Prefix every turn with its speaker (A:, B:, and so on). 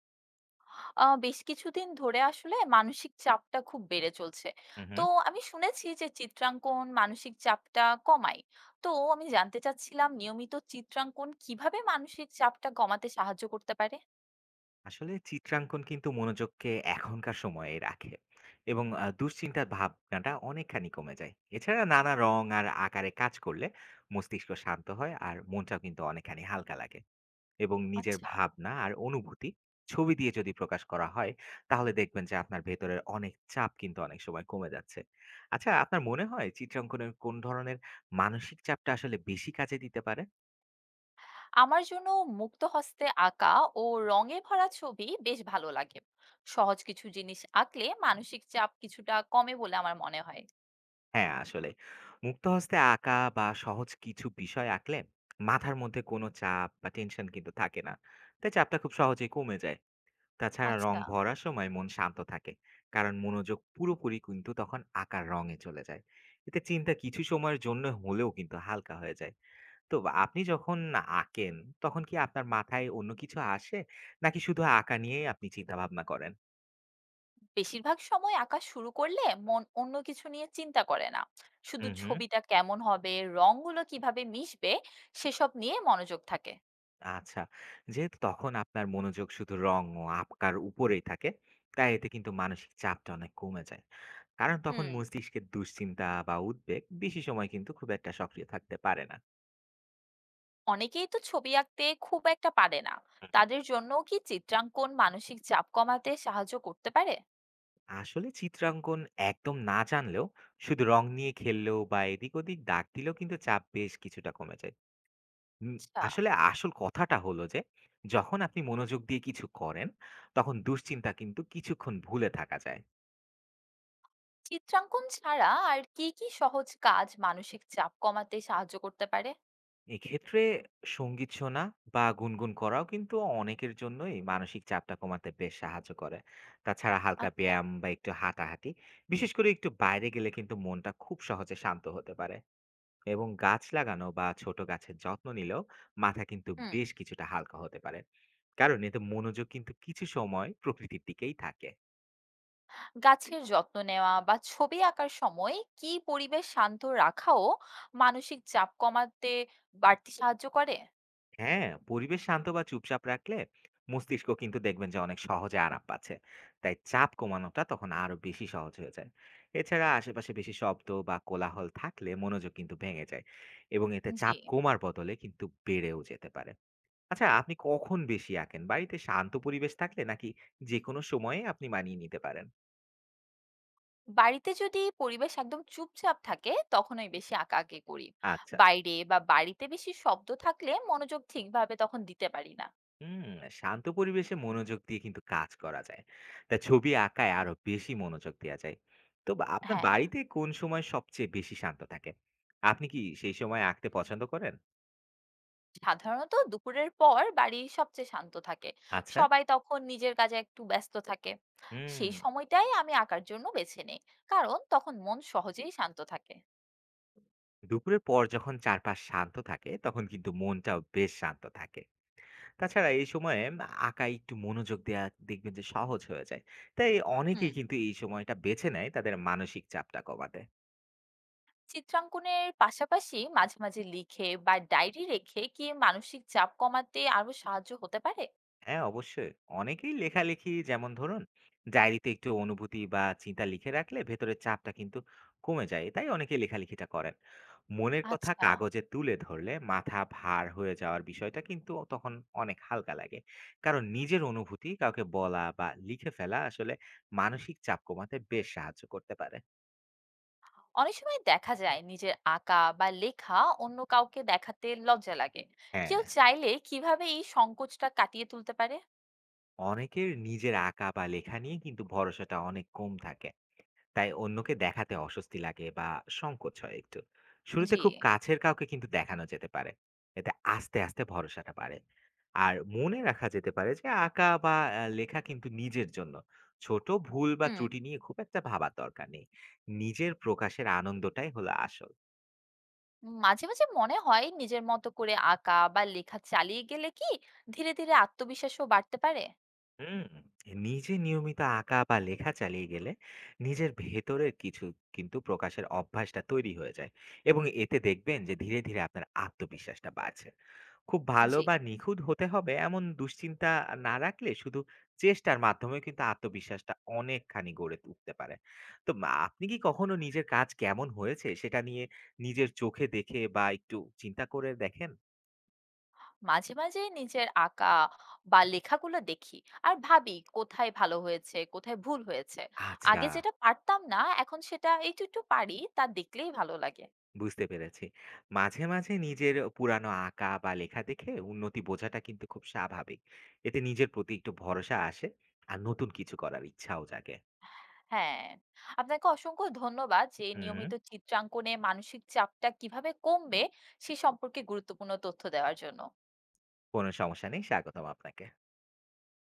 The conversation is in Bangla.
A: বেশ কিছুদিন ধরে আসলে মানসিক চাপটা খুব বেড়ে চলছে।
B: হুম,
A: তো
B: হুম।
A: আমি শুনেছি যে চিত্রাঙ্কন মানসিক চাপটা কমায়। তো আমি জানতে চাচ্ছিলাম নিয়মিত চিত্রাঙ্কন কিভাবে মানসিক চাপটা কমাতে সাহায্য করতে পারে?
B: আসলে চিত্রাঙ্কন কিন্তু মনোযোগকে এখনকার সময়ে রাখে এবং দুশ্চিন্তার ভাবনাটা অনেকখানি কমে যায়। এছাড়া নানা রং আর আকারে কাজ করলে মস্তিষ্ক শান্ত হয় আর মনটাও কিন্তু অনেকখানি হালকা লাগে। এবং নিজের
A: আচ্ছা,
B: ভাবনা আর অনুভূতি ছবি দিয়ে যদি প্রকাশ করা হয়, তাহলে দেখবেন যে আপনার ভেতরের অনেক চাপ কিন্তু অনেক সময় কমে যাচ্ছে। আচ্ছা আপনার মনে হয় চিত্রাঙ্কনের কোন ধরনের মানসিক চাপটা আসলে বেশি কাজে দিতে পারে?
A: আমার জন্য মুক্ত হস্তে আঁকা ও রঙে ভরা ছবি বেশ ভালো লাগে। সহজ কিছু জিনিস আঁকলে মানসিক চাপ কিছুটা কমে বলে আমার মনে হয়।
B: হ্যাঁ, আসলে। মুক্ত হস্তে আঁকা বা সহজ কিছু বিষয় আঁকলে মাথার মধ্যে কোনো চাপ বা টেনশন কিন্তু থাকে না। তাই চাপটা খুব সহজেই কমে যায়। তাছাড়া রং
A: আচ্ছা।
B: ভরার সময় মন শান্ত থাকে। কারণ মনোযোগ পুরোপুরি কিন্তু তখন আঁকার রঙে চলে যায়। এতে চিন্তা কিছু সময়ের জন্য হলেও কিন্তু হালকা হয়ে যায়। তো আপনি যখন আঁকেন তখন কি আপনার মাথায় অন্য কিছু আসে? নাকি শুধু আঁকা নিয়েই আপনি চিন্তাভাবনা করেন?
A: বেশিরভাগ সময় আঁকা শুরু করলে মন অন্য কিছু নিয়ে চিন্তা করে না,
B: হু,
A: শুধু
B: হু।
A: ছবিটা কেমন হবে, রংগুলো কিভাবে মিশবে, সেসব নিয়ে মনোযোগ থাকে।
B: আচ্ছা। যেহেতু তখন আপনার মনোযোগ শুধু রং ও আঁকার উপরেই থাকে, তাই এতে কিন্তু মানসিক চাপটা অনেক কমে যায়। কারণ তখন
A: হুম।
B: মস্তিষ্কের দুশ্চিন্তা বা উদ্বেগ বেশি সময় কিন্তু খুব একটা সক্রিয় থাকতে পারে না।
A: অনেকেই তো ছবি আঁকতে খুব একটা পারে না,
B: হুম।
A: তাদের জন্য কি চিত্রাঙ্কন মানসিক চাপ কমাতে সাহায্য করতে পারে?
B: আসলে চিত্রাঙ্কন একদম না জানলেও শুধু রং নিয়ে খেললেও বা এদিক ওদিক দাগ দিলেও কিন্তু চাপ বেশ কিছুটা কমে যায়। উম
A: আচ্ছা,
B: আসলে আসল কথাটা হলো যে, যখন আপনি মনোযোগ দিয়ে কিছু করেন, তখন দুশ্চিন্তা কিন্তু কিছুক্ষণ ভুলে থাকা যায়।
A: চিত্রাঙ্কন ছাড়া আর কি কি সহজ কাজ মানসিক চাপ কমাতে সাহায্য করতে পারে?
B: এক্ষেত্রে সঙ্গীত শোনা বা গুনগুন করাও কিন্তু অনেকের জন্যই মানসিক চাপটা কমাতে বেশ সাহায্য করে। তাছাড়া হালকা
A: আচ্ছা।
B: ব্যায়াম বা একটু হাঁটাহাঁটি বিশেষ করে একটু বাইরে গেলে কিন্তু মনটা খুব সহজে শান্ত হতে পারে। এবং গাছ লাগানো বা ছোট গাছের যত্ন নিলেও মাথা কিন্তু
A: হুম।
B: বেশ কিছুটা হালকা হতে পারে। কারণ এতে মনোযোগ কিন্তু কিছু সময় প্রকৃতির দিকেই থাকে।
A: গাছের যত্ন নেওয়া বা ছবি আঁকার সময় কি পরিবেশ শান্ত রাখাও মানসিক চাপ কমাতে বাড়তি সাহায্য করে?
B: হ্যাঁ, পরিবেশ শান্ত বা চুপচাপ রাখলে মস্তিষ্ক কিন্তু দেখবেন যে অনেক সহজে আরাম পাচ্ছে। তাই চাপ কমানোটা তখন আরো বেশি সহজ হয়ে যায়। এছাড়া আশেপাশে বেশি শব্দ বা কোলাহল থাকলে মনোযোগ কিন্তু ভেঙে যায় এবং এতে
A: জি।
B: চাপ কমার বদলে কিন্তু বেড়েও যেতে পারে। আচ্ছা, আপনি কখন বেশি আঁকেন? বাড়িতে শান্ত পরিবেশ থাকলে নাকি যেকোনো সময়ে আপনি মানিয়ে নিতে পারেন?
A: বাড়িতে যদি পরিবেশ একদম চুপচাপ থাকে তখন ওই বেশি আঁকাআঁকি করি।
B: আচ্ছা।
A: বাইরে বা বাড়িতে বেশি শব্দ থাকলে মনোযোগ ঠিকভাবে তখন দিতে পারি না।
B: হুম, শান্ত পরিবেশে মনোযোগ দিয়ে কিন্তু কাজ করা যায়। তা ছবি আঁকায় আরো বেশি মনোযোগ দেয়া যায়। তো বা আপনার
A: হ্যাঁ।
B: বাড়িতে কোন সময় সবচেয়ে বেশি শান্ত থাকে? আপনি কি সেই সময় আঁকতে পছন্দ করেন?
A: সাধারণত দুপুরের পর বাড়ি সবচেয়ে শান্ত থাকে,
B: আচ্ছা,
A: সবাই তখন নিজের কাজে একটু ব্যস্ত থাকে,
B: হুম।
A: সেই সময়টাই আমি আঁকার জন্য বেছে নেই কারণ তখন মন সহজেই শান্ত থাকে।
B: দুপুরের পর যখন চারপাশ শান্ত থাকে তখন কিন্তু মনটাও বেশ শান্ত থাকে। তাছাড়া এই সময়ে আঁকায় একটু মনোযোগ দেয়া দেখবেন যে সহজ হয়ে যায়। তাই অনেকেই
A: হুম।
B: কিন্তু এই সময়টা বেছে নেয় তাদের মানসিক চাপটা কমাতে।
A: চিত্রাঙ্কনের পাশাপাশি মাঝে মাঝে লিখে বা ডায়েরি রেখে কি মানসিক চাপ কমাতে আরো সাহায্য হতে পারে?
B: হ্যাঁ, অবশ্যই। অনেকেই লেখালেখি যেমন ধরুন ডায়েরিতে একটু অনুভূতি বা চিন্তা লিখে রাখলে ভেতরের চাপটা কিন্তু কমে যায়। তাই অনেকেই লেখালেখিটা করেন। মনের কথা
A: আচ্ছা।
B: কাগজে তুলে ধরলে মাথা ভার হয়ে যাওয়ার বিষয়টা কিন্তু তখন অনেক হালকা লাগে। কারণ নিজের অনুভূতি কাউকে বলা বা লিখে ফেলা আসলে মানসিক চাপ কমাতে বেশ সাহায্য করতে পারে।
A: অনেক সময় দেখা যায় নিজের আঁকা বা লেখা অন্য কাউকে দেখাতে লজ্জা লাগে,
B: হ্যাঁ,
A: কেউ চাইলে কিভাবে এই সংকোচটা কাটিয়ে তুলতে পারে?
B: অনেকের নিজের আঁকা বা লেখা নিয়ে কিন্তু ভরসাটা অনেক কম থাকে। তাই অন্যকে দেখাতে অস্বস্তি লাগে বা সংকোচ হয় একটু। শুরুতে
A: জি।
B: খুব কাছের কাউকে কিন্তু দেখানো যেতে পারে। এতে আস্তে ভরসাটা বাড়ে। আর মনে রাখা যেতে পারে যে আঁকা বা লেখা কিন্তু নিজের জন্য। ছোট ভুল বা
A: হুম।
B: ত্রুটি নিয়ে খুব একটা ভাবার দরকার নেই। নিজের প্রকাশের আনন্দটাই হলো আসল।
A: মাঝে মাঝে মনে হয় নিজের মতো করে আঁকা বা লেখা চালিয়ে গেলে কি ধীরে ধীরে আত্মবিশ্বাসও বাড়তে পারে?
B: হুম, নিজে নিয়মিত আঁকা বা লেখা চালিয়ে গেলে নিজের ভেতরের কিছু কিন্তু প্রকাশের অভ্যাসটা তৈরি হয়ে যায় এবং এতে দেখবেন যে ধীরে ধীরে আপনার আত্মবিশ্বাসটা বাড়ছে। খুব ভালো
A: জি।
B: বা নিখুঁত হতে হবে এমন দুশ্চিন্তা না রাখলে শুধু চেষ্টার মাধ্যমে কিন্তু আত্মবিশ্বাসটা অনেকখানি গড়ে উঠতে পারে। তো মা, আপনি কি কখনো নিজের কাজ কেমন হয়েছে সেটা নিয়ে নিজের চোখে দেখে বা একটু চিন্তা করে দেখেন?
A: মাঝে মাঝে নিজের আঁকা বা লেখাগুলো দেখি আর ভাবি কোথায় ভালো হয়েছে, কোথায় ভুল হয়েছে।
B: আচ্ছা,
A: আগে যেটা পারতাম না এখন সেটা একটু একটু পারি, তা দেখলেই ভালো লাগে।
B: বুঝতে পেরেছি। মাঝে মাঝে নিজের পুরানো আঁকা বা লেখা দেখে উন্নতি বোঝাটা কিন্তু খুব স্বাভাবিক। এতে নিজের প্রতি একটু ভরসা আসে আর নতুন কিছু করার ইচ্ছাও জাগে।
A: হ্যাঁ, আপনাকে অসংখ্য ধন্যবাদ যে
B: হুম,
A: নিয়মিত চিত্রাঙ্কনে মানসিক চাপটা কিভাবে কমবে সে সম্পর্কে গুরুত্বপূর্ণ তথ্য দেওয়ার জন্য।
B: কোনো সমস্যা নেই। স্বাগতম আপনাকে।